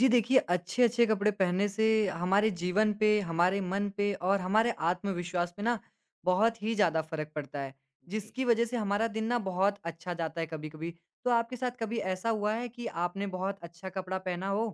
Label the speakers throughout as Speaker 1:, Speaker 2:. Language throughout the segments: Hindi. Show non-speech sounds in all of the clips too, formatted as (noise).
Speaker 1: जी देखिए, अच्छे-अच्छे कपड़े पहनने से हमारे जीवन पे, हमारे मन पे और हमारे आत्मविश्वास पे ना बहुत ही ज़्यादा फ़र्क पड़ता है,
Speaker 2: जी।
Speaker 1: जिसकी वज़ह से हमारा दिन ना बहुत अच्छा जाता है कभी-कभी। तो आपके साथ कभी ऐसा हुआ है कि आपने बहुत अच्छा कपड़ा पहना हो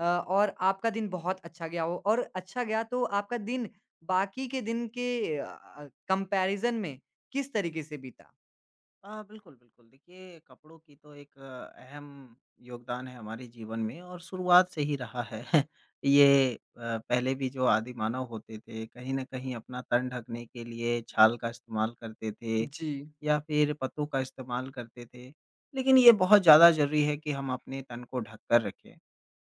Speaker 1: और आपका दिन बहुत अच्छा गया हो? और अच्छा गया तो आपका दिन बाकी के दिन के कंपैरिज़न में किस तरीके से बीता?
Speaker 2: बिल्कुल, बिल्कुल। देखिए, कपड़ों की तो एक अहम योगदान है हमारे जीवन में और शुरुआत से ही रहा है। (laughs) ये अ, पहले भी जो आदि मानव होते थे, कहीं न कहीं अपना तन ढकने के लिए छाल का इस्तेमाल करते थे
Speaker 1: जी,
Speaker 2: या फिर पत्तों का इस्तेमाल करते थे। लेकिन ये बहुत ज़्यादा ज़रूरी है कि हम अपने तन को ढक कर रखें।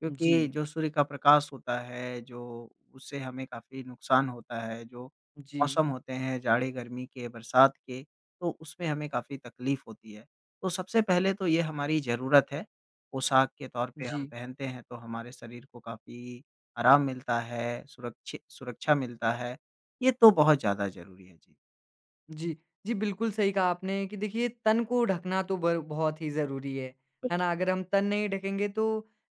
Speaker 2: क्योंकि
Speaker 1: जी,
Speaker 2: जो सूर्य का प्रकाश होता है, जो उससे हमें काफ़ी नुकसान होता है, जो
Speaker 1: जी,
Speaker 2: मौसम होते हैं जाड़े, गर्मी के, बरसात के, तो उसमें हमें काफ़ी तकलीफ़ होती है। तो सबसे पहले तो ये हमारी ज़रूरत है, पोशाक के तौर पे हम
Speaker 1: जी।
Speaker 2: पहनते हैं तो हमारे शरीर को काफ़ी आराम मिलता है, सुरक्षि सुरक्षा मिलता है, ये तो बहुत ज़्यादा ज़रूरी है। जी।
Speaker 1: जी। जी, बिल्कुल सही कहा आपने कि देखिए तन को ढकना तो बर बहुत ही ज़रूरी है ना? अगर हम तन नहीं ढकेंगे तो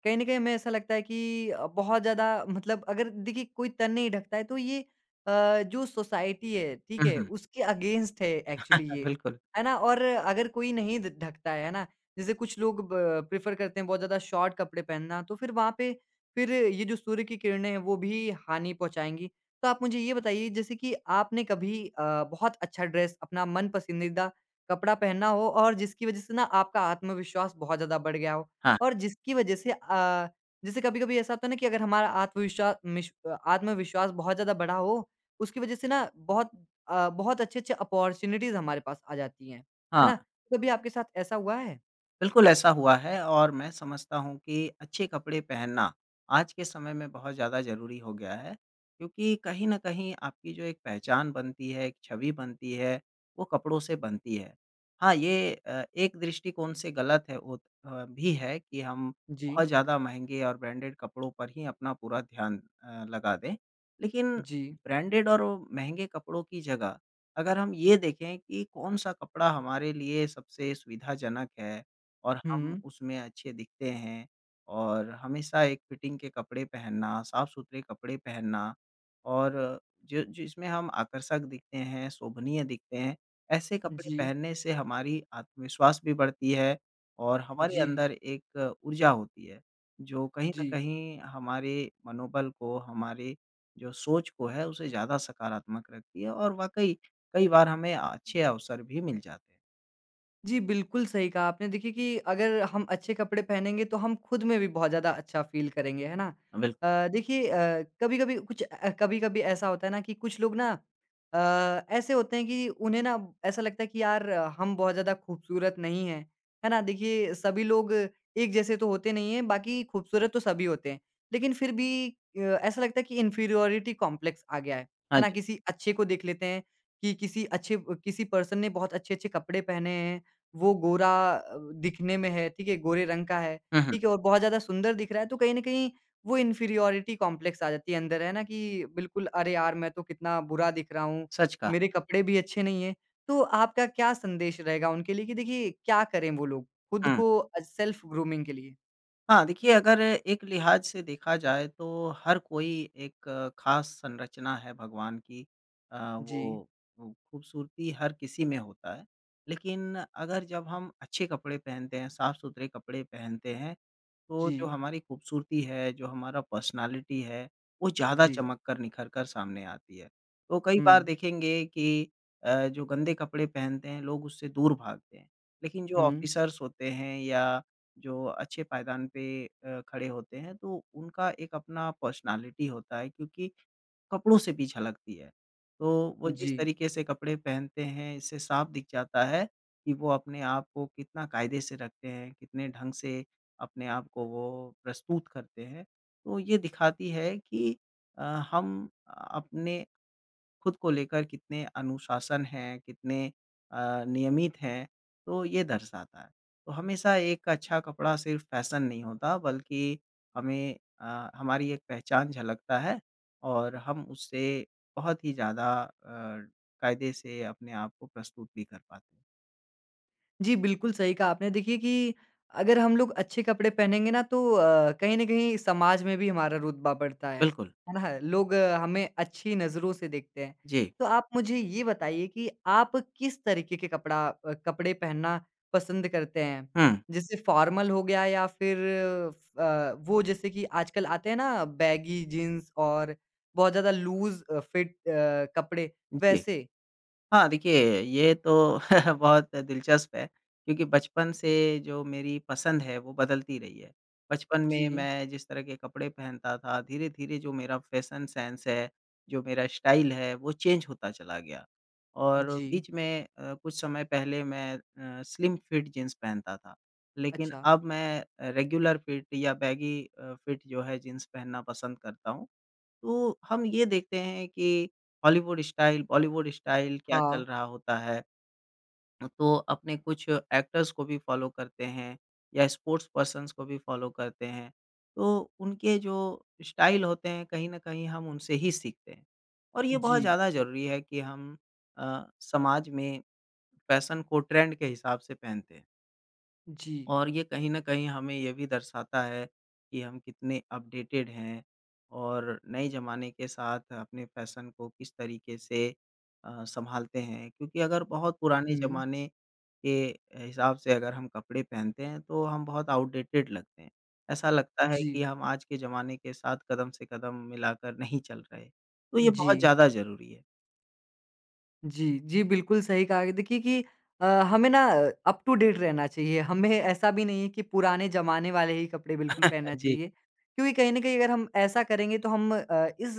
Speaker 1: कहीं न कहीं हमें ऐसा लगता है कि बहुत ज़्यादा मतलब अगर देखिए कोई तन नहीं ढकता है तो ये जो सोसाइटी है, ठीक
Speaker 2: हुँ,
Speaker 1: है?
Speaker 2: हुँ।
Speaker 1: उसके अगेंस्ट है एक्चुअली
Speaker 2: (laughs)
Speaker 1: ये,
Speaker 2: बिल्कुल।
Speaker 1: है ना? और अगर कोई नहीं ढ ढकता है ना? जैसे कुछ लोग ब प्रेफ़र करते हैं बहुत ज़्यादा शॉर्ट कपड़े पहनना, तो फिर वहाँ पे फिर ये जो सूर्य की किरणें हैं वो भी हानि पहुँचाएँगी। तो आप मुझे ये बताइए जैसे कि आपने कभी बहुत अच्छा ड्रेस अपना मन पसंदीदा कपड़ा पहना हो और जिसकी वज़ह से ना आपका आत्मविश्वास बहुत ज़्यादा बढ़ गया हो
Speaker 2: हाँ,
Speaker 1: और जिसकी वज़ह से जैसे कभी-कभी ऐसा होता है ना कि अगर हमारा आत्मविश्वास बहुत ज़्यादा बढ़ा हो, उसकी वज़ह से ना बहुत अच्छे-अच्छे अपॉर्च्युनिटीज़ हमारे पास आ जाती हैं, है
Speaker 2: हाँ।
Speaker 1: ना? तो कभी आपके साथ ऐसा हुआ है?
Speaker 2: बिल्कुल ऐसा हुआ है और मैं समझता हूँ कि अच्छे कपड़े पहनना आज के समय में बहुत ज़्यादा ज़रूरी हो गया है क्योंकि कहीं न कहीं आपकी जो एक पहचान बनती है, एक छवि बनती है, वो कपड़ों से बनती है। हाँ, ये एक दृष्टिकोण से गलत है वो भी है कि हम
Speaker 1: जी,
Speaker 2: बहुत ज़्यादा महँगे और ब्रांडेड कपड़ों पर ही अपना पूरा ध्यान लगा दें। लेकिन
Speaker 1: जी।
Speaker 2: ब्रांडेड और महँगे कपड़ों की जगह अगर हम ये देखें कि कौन-सा कपड़ा हमारे लिए सबसे सुविधाजनक है और हम
Speaker 1: हुँ,
Speaker 2: उसमें अच्छे दिखते हैं और हमेशा एक फिटिंग के कपड़े पहनना, साफ-सुथरे कपड़े पहनना और जो जिसमें हम आकर्षक दिखते हैं, शोभनीय दिखते हैं, ऐसे कपड़े
Speaker 1: जी,
Speaker 2: पहनने से हमारी आत्मविश्वास भी बढ़ती है और हमारे
Speaker 1: जी,
Speaker 2: अंदर एक ऊर्जा होती है, जो कहीं न
Speaker 1: जी।
Speaker 2: कहीं हमारे मनोबल को, हमारे जो सोच को है, उसे ज़्यादा सकारात्मक रखती है और वाक़ई कई बार हमें अच्छे अवसर भी मिल जाते हैं।
Speaker 1: जी, बिल्कुल सही कहा आपने। देखिए कि अगर हम अच्छे कपड़े पहनेंगे तो हम खुद में भी बहुत ज़्यादा अच्छा फ़ील करेंगे, है ना?
Speaker 2: बिल्कुल,
Speaker 1: देखिए कभी-कभी ऐसा होता है ना कि कुछ लोग ना अ, ऐसे होते हैं कि उन्हें ना ऐसा लगता है कि यार हम बहुत ज़्यादा खूबसूरत नहीं हैं, है ना? देखिए सभी लोग एक जैसे तो होते नहीं हैं, बाकी खूबसूरत तो सभी होते हैं। लेकिन फिर भी ऐसा लगता है कि इन्फीरियॉरिटी कॉम्प्लेक्स आ गया है
Speaker 2: हाँ
Speaker 1: ना?
Speaker 2: जी।
Speaker 1: किसी अच्छे को देख लेते हैं कि किसी अच्छे किसी पर्सन ने बहुत अच्छे-अच्छे कपड़े पहने हैं वो गोरा दिखने में है, ठीक है? गोरे रंग का है,
Speaker 2: हुँ, हुँ,
Speaker 1: ठीक है? और बहुत ज़्यादा सुंदर दिख रहा है तो कहीं न कहीं वो इन्फीरियॉरिटी कॉम्प्लेक्स आ जाती है अंदर, है ना? कि बिल्कुल अरे यार! मैं तो कितना बुरा दिख रहा हूँ,
Speaker 2: सच कहा।
Speaker 1: मेरे कपड़े भी अच्छे नहीं हैं। तो आपका क्या संदेश रहेगा उनके लिए कि देखिए क्या करें वो लोग खुद
Speaker 2: हुँ।
Speaker 1: को सेल्फ ग्रूमिंग के लिए?
Speaker 2: हाँ, देखिए अगर एक लिहाज़ से देखा जाए तो हर कोई एक ख़ास संरचना है भगवान की अ,
Speaker 1: जी,
Speaker 2: वो वो खूबसूरती हर किसी में होता है। लेकिन अगर जब हम अच्छे कपड़े पहनते हैं, साफ़-सुथरे कपड़े पहनते हैं तो जो
Speaker 1: जी,
Speaker 2: हमारी खूबसूरती है, जो हमारा पर्सनैलिटी है, वो ज़्यादा
Speaker 1: जी।
Speaker 2: चमक कर निखर कर सामने आती है। तो कई बार
Speaker 1: हुँ,
Speaker 2: देखेंगे कि जो गंदे कपड़े पहनते हैं लोग उससे दूर भागते हैं। लेकिन जो
Speaker 1: हुँ,
Speaker 2: ऑफ़िसर्स होते हैं या जो अच्छे पायदान पे खड़े होते हैं तो उनका एक अपना पर्सनैलिटी होता है क्योंकि कपड़ों से भी झलकती है। तो वो हुँ। जिस
Speaker 1: जी।
Speaker 2: तरीके से कपड़े पहनते हैं, इससे साफ दिख जाता है कि वो अपने आप को कितना कायदे से रखते हैं, कितने ढंग से अपने आप को वो प्रस्तुत करते हैं। तो ये दिखाती है कि अ, हम अपने खुद को लेकर कितने अनुशासन हैं, कितने नियमित हैं, तो ये दर्शाता है। तो हमेशा एक अच्छा कपड़ा सिर्फ़ फ़ैशन नहीं होता बल्कि हमें हमारी एक पहचान झलकता है और हम उससे बहुत ही ज़्यादा कायदे से अपने आप को प्रस्तुत भी कर पाते हैं।
Speaker 1: जी, बिल्कुल सही कहा आपने। देखिए कि अगर हम लोग अच्छे कपड़े पहनेंगे ना तो कहीं न कहीं समाज में भी हमारा रुतबा बढ़ता
Speaker 2: बिल्कुल।
Speaker 1: है ना? लोग हमें अच्छी नज़रों से देखते हैं।
Speaker 2: जी।
Speaker 1: तो आप मुझे ये बताइए कि आप किस तरीके के कपड़े पहनना पसंद करते हैं?
Speaker 2: हुँ।
Speaker 1: जैसे फॉर्मल हो गया या फिर वो जैसे कि आजकल आते हैं ना बैगी जीन्स और बहुत ज़्यादा लूज़ फिट कपड़े
Speaker 2: जी।
Speaker 1: वैसे?
Speaker 2: हाँ, देखिए ये तो (laughs) बहुत दिलचस्प है क्योंकि बचपन से जो मेरी पसंद है वो बदलती रही है। बचपन में
Speaker 1: जी,
Speaker 2: मैं जिस तरह के कपड़े पहनता था, धीरे-धीरे जो मेरा फैशन सेंस है, जो मेरा स्टाइल है वो चेंज होता चला गया। और
Speaker 1: जी।
Speaker 2: बीच में कुछ समय पहले मैं स्लिम फिट जीन्स पहनता था, लेकिन
Speaker 1: अच्छा।
Speaker 2: अब मैं रेगुलर फिट या बैगी फिट जो है जीन्स पहनना पसंद करता हूँ। तो हम ये देखते हैं कि हॉलीवुड स्टाइल, बॉलीवुड स्टाइल क्या
Speaker 1: हाँ,
Speaker 2: चल रहा होता है। तो अपने कुछ एक्टर्स को भी फ़ॉलो करते हैं या स्पोर्ट्स पर्सन्स को भी फ़ॉलो करते हैं। तो उनके जो स्टाइल होते हैं कहीं न कहीं हम उनसे ही सीखते हैं। और ये
Speaker 1: जी।
Speaker 2: बहुत ज़्यादा ज़रूरी है कि हम समाज में फैशन को ट्रेंड के हिसाब से पहनते हैं।
Speaker 1: जी।
Speaker 2: और ये कहीं न कहीं हमें ये भी दर्शाता है कि हम कितने अपडेटेड हैं और नए ज़माने के साथ अपने फ़ैशन को किस तरीके से संभालते हैं। क्योंकि अगर बहुत पुराने
Speaker 1: हुँ।
Speaker 2: ज़माने के हिसाब से अगर हम कपड़े पहनते हैं तो हम बहुत आउटडेटेड लगते हैं। ऐसा लगता है कि
Speaker 1: जी,
Speaker 2: हम आज के ज़माने के साथ कदम से कदम मिलाकर नहीं चल रहे। तो ये
Speaker 1: जी।
Speaker 2: बहुत ज़्यादा ज़रूरी है।
Speaker 1: जी, जी, बिल्कुल सही कहा देखिए कि हमें ना अप टू डेट रहना चाहिए, हमें ऐसा भी नहीं है कि पुराने ज़माने वाले ही कपड़े बिल्कुल
Speaker 2: (laughs)
Speaker 1: पहनना
Speaker 2: जी,
Speaker 1: चाहिए, क्योंकि कहीं न कहीं अगर हम ऐसा करेंगे तो हम इस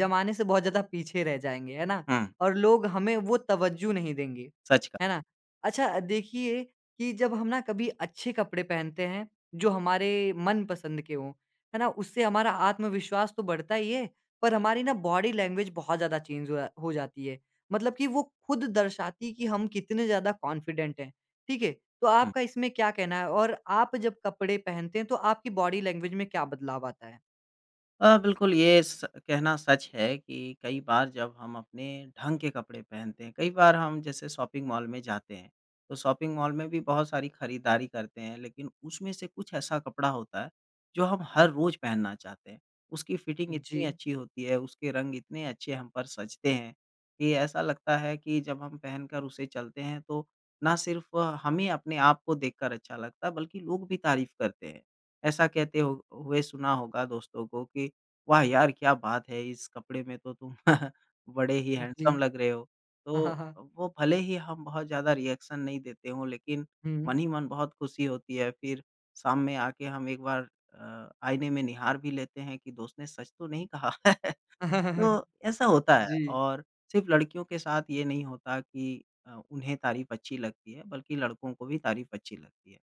Speaker 1: ज़माने से बहुत ज़्यादा पीछे रह जाएँगे, है ना?
Speaker 2: हुँ,
Speaker 1: और लोग हमें वो तवज्जो नहीं देंगे,
Speaker 2: सच
Speaker 1: है ना?
Speaker 2: कहा।
Speaker 1: अच्छा देखिए कि जब हम ना कभी अच्छे कपड़े पहनते हैं, जो हमारे मनपसंद के हों, है ना? उससे हमारा आत्मविश्वास तो बढ़ता ही है, पर हमारी ना बॉडी लैंग्वेज बहुत ज़्यादा चेंज हो जाती है। मतलब कि वो खुद दर्शाती है कि हम कितने ज़्यादा कॉन्फिडेंट हैं, ठीक है? तो
Speaker 2: हुँ।
Speaker 1: आपका इसमें क्या कहना है और आप जब कपड़े पहनते हैं तो आपकी बॉडी लैंग्वेज में क्या बदलाव आता है?
Speaker 2: बिल्कुल, ये स कहना सच है कि कई बार जब हम अपने ढंग के कपड़े पहनते हैं, कई बार हम जैसे शॉपिंग मॉल में जाते हैं, तो शॉपिंग मॉल में भी बहुत सारी खरीदारी करते हैं, लेकिन उसमें से कुछ ऐसा कपड़ा होता है, जो हम हर रोज़ पहनना चाहते हैं। उसकी फिटिंग
Speaker 1: जी,
Speaker 2: इतनी अच्छी होती है, उसके रंग इतने अच्छे हम पर सजते हैं, कि ऐसा लगता है कि जब हम पहनकर उसे चलते हैं, तो ना सिर्फ़ हमें अपने आप को देखकर अच्छा लगता है, बल्कि लोग भी तारीफ़ करते हैं। ऐसा कहते हो हुए सुना होगा दोस्तों को कि वाह यार! क्या बात है! इस कपड़े में तो तुम (laughs) बड़े ही
Speaker 1: जी।
Speaker 2: हैंडसम
Speaker 1: (laughs)
Speaker 2: लग रहे हो।
Speaker 1: हाँ,
Speaker 2: तो
Speaker 1: हाँ, हाँ।
Speaker 2: वो भले ही हम बहुत ज़्यादा रिएक्शन नहीं देते हों लेकिन
Speaker 1: हुँ।
Speaker 2: मन ही मन बहुत खुशी होती है। फिर शाम में आके हम एक बार आईने में निहार भी लेते हैं कि दोस्त ने सच तो नहीं कहा। (laughs)
Speaker 1: (laughs)
Speaker 2: तो ऐसा होता है
Speaker 1: जी,
Speaker 2: और सिर्फ़ लड़कियों के साथ ये नहीं होता कि उन्हें तारीफ़ अच्छी लगती है बल्कि लड़कों को भी तारीफ़ अच्छी लगती है।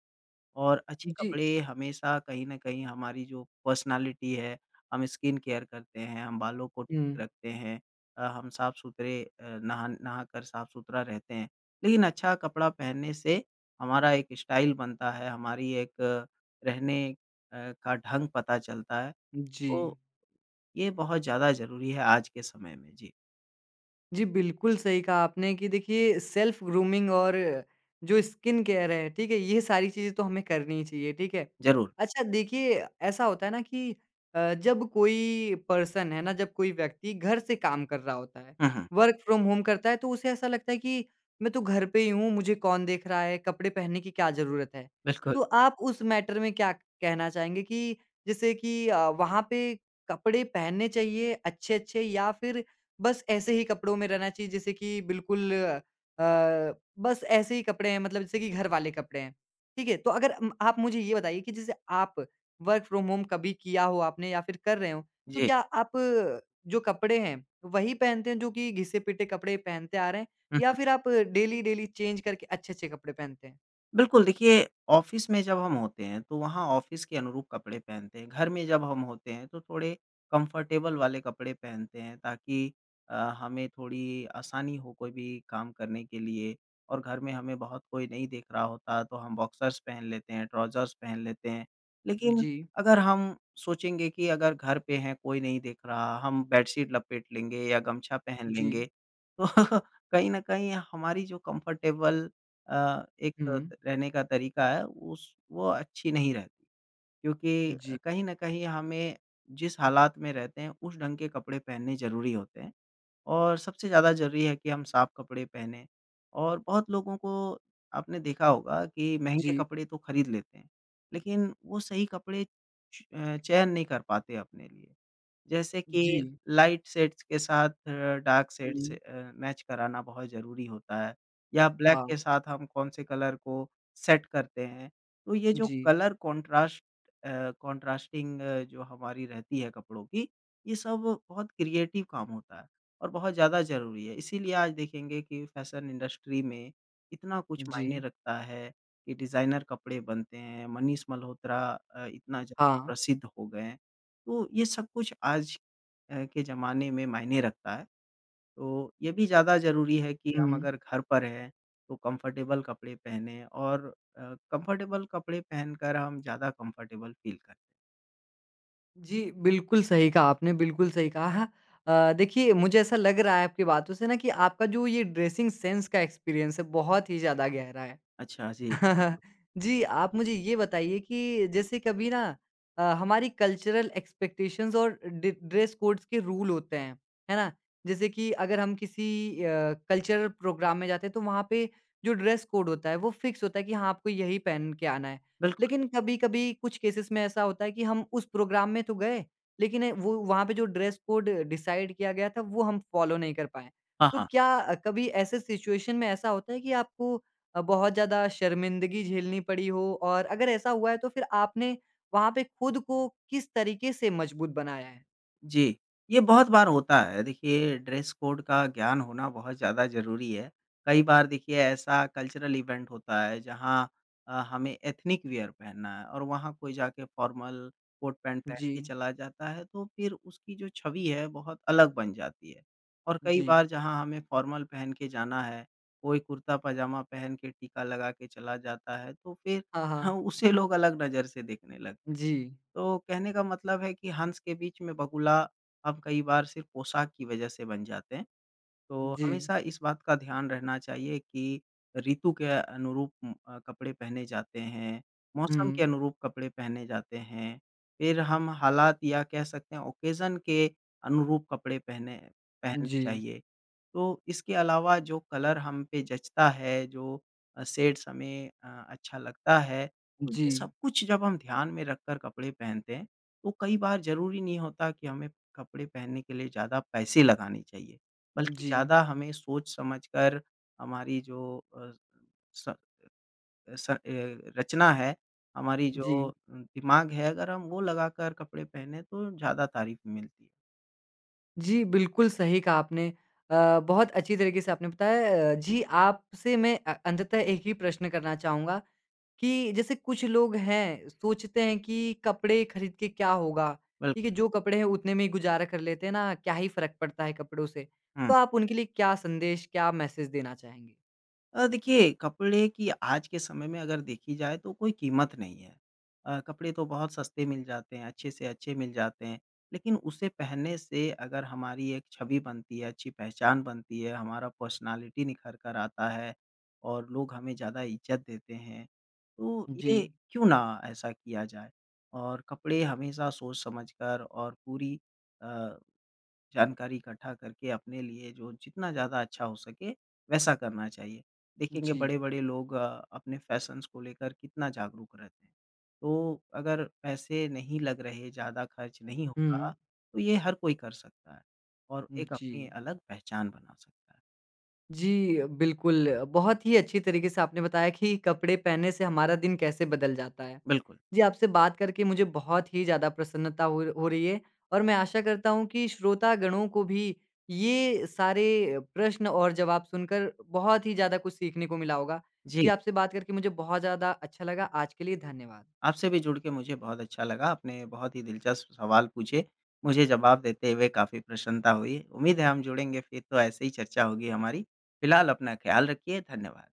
Speaker 2: और अच्छे
Speaker 1: जी।
Speaker 2: कपड़े हमेशा कहीं न कहीं हमारी जो पर्सनैलिटी है, हम स्किन केयर करते हैं, हम बालों को ठीक
Speaker 1: हुँ,
Speaker 2: रखते हैं हम साफ-सुथरे नहाकर साफ-सुथरा रहते हैं। लेकिन अच्छा कपड़ा पहनने से हमारा एक स्टाइल बनता है, हमारी एक रहने का ढंग पता चलता है,
Speaker 1: जी।
Speaker 2: तो ये बहुत ज़्यादा ज़रूरी है आज के समय में। जी,
Speaker 1: जी, बिल्कुल सही कहा आपने कि देखिए सेल्फ ग्रूमिंग और जो स्किन केयर है, ठीक है? ये सारी चीज़ें तो हमें करनी ही चाहिए, ठीक है?
Speaker 2: ज़रूर।
Speaker 1: अच्छा देखिए ऐसा होता है ना कि जब कोई पर्सन है ना, जब कोई व्यक्ति घर से काम कर रहा होता है,
Speaker 2: हुँ, हुँ।
Speaker 1: वर्क फ्रॉम होम करता है तो उसे ऐसा लगता है कि मैं तो घर पे ही हूँ, मुझे कौन देख रहा है, कपड़े पहनने की क्या ज़रूरत है?
Speaker 2: बिल्कुल।
Speaker 1: तो आप उस मैटर में क्या कहना चाहेंगे कि जैसे कि वहाँ पे कपड़े पहनने चाहिए अच्छे-अच्छे या फिर बस ऐसे ही कपड़ों में रहना चाहिए जैसे कि बस ऐसे ही कपड़े हैं मतलब जैसे कि घर वाले कपड़े हैं। ठीक है? तो अगर आप मुझे ये बताइए कि जैसे आप वर्क फ्रॉम होम कभी किया हो आपने या फिर कर रहे हो, तो
Speaker 2: जी।
Speaker 1: क्या आप जो कपड़े हैं, वही पहनते हैं जो कि घिसे-पिटे कपड़े पहनते आ रहे हैं
Speaker 2: हुँ।
Speaker 1: या फिर आप डेली-डेली चेंज करके अच्छे-अच्छे कपड़े पहनते हैं?
Speaker 2: बिल्कुल, देखिए ऑफ़िस में जब हम होते हैं, तो वहाँ ऑफ़िस के अनुरूप कपड़े पहनते हैं। घर में जब हम होते हैं, तो थोड़े कंफ़र्टेबल वाले कपड़े पहनते हैं ताकि हमें थोड़ी आसानी हो कोई भी काम करने के लिए और घर में हमें बहुत कोई नहीं देख रहा होता, तो हम बॉक्सर्स पहन लेते हैं, ट्राउज़र्स पहन लेते हैं। लेकिन
Speaker 1: जी,
Speaker 2: अगर हम सोचेंगे कि अगर घर पे हैं, कोई नहीं देख रहा, हम बेडशीट लपेट लेंगे या गमछा पहन
Speaker 1: जी,
Speaker 2: लेंगे, तो (laughs) कहीं न कहीं हमारी जो कंफ़र्टेबल
Speaker 1: हुँ,
Speaker 2: रहने का तरीका है उस वो अच्छी नहीं रहती क्योंकि
Speaker 1: जी,
Speaker 2: कहीं न कहीं हमें जिस हालात में रहते हैं उस ढंग के कपड़े पहनने ज़रूरी होते हैं और सबसे ज़्यादा ज़रूरी है कि हम साफ कपड़े पहने और बहुत लोगों को आपने देखा होगा कि महँगे
Speaker 1: जी,
Speaker 2: कपड़े तो खरीद लेते हैं, लेकिन वो सही कपड़े चयन नहीं कर पाते अपने लिए। जैसे कि
Speaker 1: जी,
Speaker 2: लाइट शेड्स के साथ डार्क
Speaker 1: हुँ,
Speaker 2: शेड्स मैच कराना बहुत ज़रूरी होता है या ब्लैक के
Speaker 1: हाँ,
Speaker 2: साथ हम कौन-से कलर को सेट करते हैं। तो ये जो
Speaker 1: जी,
Speaker 2: कलर कॉन्ट्रास्टिंग जो हमारी रहती है कपड़ों की, ये सब बहुत क्रिएटिव काम होता है और बहुत ज़्यादा ज़रूरी है। इसीलिए आज देखेंगे कि फैशन इंडस्ट्री में इतना कुछ
Speaker 1: जी,
Speaker 2: मायने रखता है कि डिज़ाइनर कपड़े बनते हैं। मनीष मल्होत्रा इतना ज़्यादा
Speaker 1: हाँ,
Speaker 2: प्रसिद्ध हो गए हैं। तो ये सब कुछ आज के ज़माने में मायने रखता है। तो ये भी ज़्यादा ज़रूरी है कि
Speaker 1: हुँ।
Speaker 2: हम अगर घर पर हैं, तो कम्फ़र्टेबल कपड़े पहनें और कम्फ़र्टेबल कपड़े पहनकर हम ज़्यादा कम्फ़र्टेबल फ़ील करते हैं।
Speaker 1: जी, बिल्कुल सही कहा आपने, बिल्कुल सही कहा। हाँ, देखिए मुझे ऐसा लग रहा है आपकी बातों से ना कि आपका जो ये ड्रेसिंग सेंस का एक्सपीरियंस है बहुत ही ज़्यादा गहरा है।
Speaker 2: अच्छा जी,
Speaker 1: (laughs) जी, आप मुझे ये बताइए कि जैसे कभी ना हमारी कल्चरल एक्सपेक्टेशंस और डि ड्रेस कोड्स के रूल होते हैं, है ना? जैसे कि अगर हम किसी अ, कल्चरल प्रोग्राम में जाते हैं तो वहाँ पे जो ड्रेस कोड होता है वो फिक्स होता है कि हाँ, आपको यही पहन के आना है।
Speaker 2: बिल्कुल।
Speaker 1: लेकिन कभी-कभी कुछ केसेस में ऐसा होता है कि हम उस प्रोग्राम में तो गए लेकिन वो वहाँ पे जो ड्रेस कोड डिसाइड किया गया था वो हम फॉलो नहीं कर पाए।
Speaker 2: हाँ,
Speaker 1: तो
Speaker 2: हाँ।
Speaker 1: क्या कभी ऐसे सिचुएशन में ऐसा होता है कि आपको बहुत ज़्यादा शर्मिंदगी झेलनी पड़ी हो और अगर ऐसा हुआ है तो फिर आपने वहाँ पे खुद को किस तरीके से मजबूत बनाया है?
Speaker 2: जी, ये बहुत बार होता है। देखिए, ड्रेस कोड का ज्ञान होना बहुत ज़्यादा ज़रूरी है। कई बार देखिए ऐसा कल्चरल इवेंट होता है जहाँ हमें एथनिक वियर पहनना है और वहाँ कोई जाके फॉर्मल कोट पैंट पहन के
Speaker 1: जी,
Speaker 2: चला जाता है, तो फिर उसकी जो छवि है बहुत अलग बन जाती है। और कई
Speaker 1: जी।
Speaker 2: बार जहाँ हमें फॉर्मल पहन के जाना है, कोई कुर्ता पजामा पहन के टीका लगा के चला जाता है, तो फिर
Speaker 1: हाँ,
Speaker 2: हाँ,
Speaker 1: हाँ।
Speaker 2: उसे लोग अलग नज़र से देखने लगते हैं।
Speaker 1: जी,
Speaker 2: तो कहने का मतलब है कि हंस के बीच में बगुला हम कई बार सिर्फ पोशाक की वजह से बन जाते हैं। तो
Speaker 1: जी।
Speaker 2: हमेशा इस बात का ध्यान रहना चाहिए कि ऋतु के अनुरूप कपड़े पहने जाते हैं, मौसम के
Speaker 1: हुँ।
Speaker 2: अनुरूप कपड़े पहने जाते हैं, फिर हम हालात या कह सकते हैं ओकेज़न के अनुरूप कपड़े पहने पहनने
Speaker 1: जी,
Speaker 2: चाहिए। तो इसके अलावा जो कलर हम पे जचता है, जो शेड्स हमें अच्छा लगता है, तो
Speaker 1: जी,
Speaker 2: ये सब कुछ जब हम ध्यान में रखकर कपड़े पहनते हैं, तो कई बार ज़रूरी नहीं होता कि हमें कपड़े पहनने के लिए ज़्यादा पैसे लगाने चाहिए, बल्कि
Speaker 1: जी,
Speaker 2: ज़्यादा हमें सोच समझकर हमारी जो स स अ, रचना है, हमारी जो
Speaker 1: जी।
Speaker 2: दिमाग है, अगर हम वो लगाकर कपड़े पहने, तो ज़्यादा तारीफ़ मिलती है।
Speaker 1: जी, बिल्कुल सही कहा आपने। बहुत अच्छी तरीके से आपने बताया। जी, आपसे मैं अंततः एक ही प्रश्न करना चाहूँगा कि जैसे कुछ लोग हैं, सोचते हैं कि कपड़े खरीद के क्या होगा? ठीक है,
Speaker 2: बिल्कुल,
Speaker 1: जो कपड़े हैं उतने में ही गुज़ारा कर लेते हैं ना, क्या ही फ़र्क पड़ता है कपड़ों से।
Speaker 2: हुँ।
Speaker 1: तो आप उनके लिए क्या संदेश, क्या मैसेज देना चाहेंगे?
Speaker 2: देखिए कपड़े की आज के समय में अगर देखी जाए तो कोई कीमत नहीं है। कपड़े तो बहुत सस्ते मिल जाते हैं, अच्छे से अच्छे मिल जाते हैं। लेकिन उसे पहनने से अगर हमारी एक छवि बनती है, अच्छी पहचान बनती है, हमारा पर्सनैलिटी निखर कर आता है और लोग हमें ज़्यादा इज़्ज़त देते हैं। तो
Speaker 1: जी,
Speaker 2: ये क्यों ना ऐसा किया जाए? और कपड़े हमेशा सोच समझ कर और पूरी अ जानकारी इकट्ठा करके अपने लिए जो जितना ज़्यादा अच्छा हो सके, वैसा करना चाहिए। देखेंगे
Speaker 1: जी।
Speaker 2: बड़े-बड़े लोग अपने फ़ैशन्स को लेकर कितना जागरूक रहते हैं। तो अगर पैसे नहीं लग रहे, ज़्यादा खर्च नहीं हो रहा,
Speaker 1: हुँ,
Speaker 2: तो ये हर कोई कर सकता है और एक
Speaker 1: जी।
Speaker 2: अपनी अलग पहचान बना सकता है।
Speaker 1: जी, बिल्कुल। बहुत ही अच्छी तरीके से आपने बताया कि कपड़े पहनने से हमारा दिन कैसे बदल जाता है।
Speaker 2: बिल्कुल,
Speaker 1: जी, आपसे बात करके मुझे बहुत ही ज़्यादा प्रसन्नता हो रही है और मैं आशा करता हूँ कि श्रोतागणों को भी ये सारे प्रश्न और जवाब सुनकर बहुत ही ज़्यादा कुछ सीखने को मिला होगा। जी,
Speaker 2: जी।
Speaker 1: आपसे बात करके मुझे बहुत ज़्यादा अच्छा लगा। आज के लिए धन्यवाद।
Speaker 2: आपसे भी जुड़ के मुझे बहुत अच्छा लगा। आपने बहुत ही दिलचस्प सवाल पूछे। मुझे जवाब देते हुए काफ़ी प्रसन्नता हुई। उम्मीद है हम जुड़ेंगे फिर तो ऐसे ही चर्चा होगी हमारी। फिलहाल अपना ख़्याल रखिए। धन्यवाद।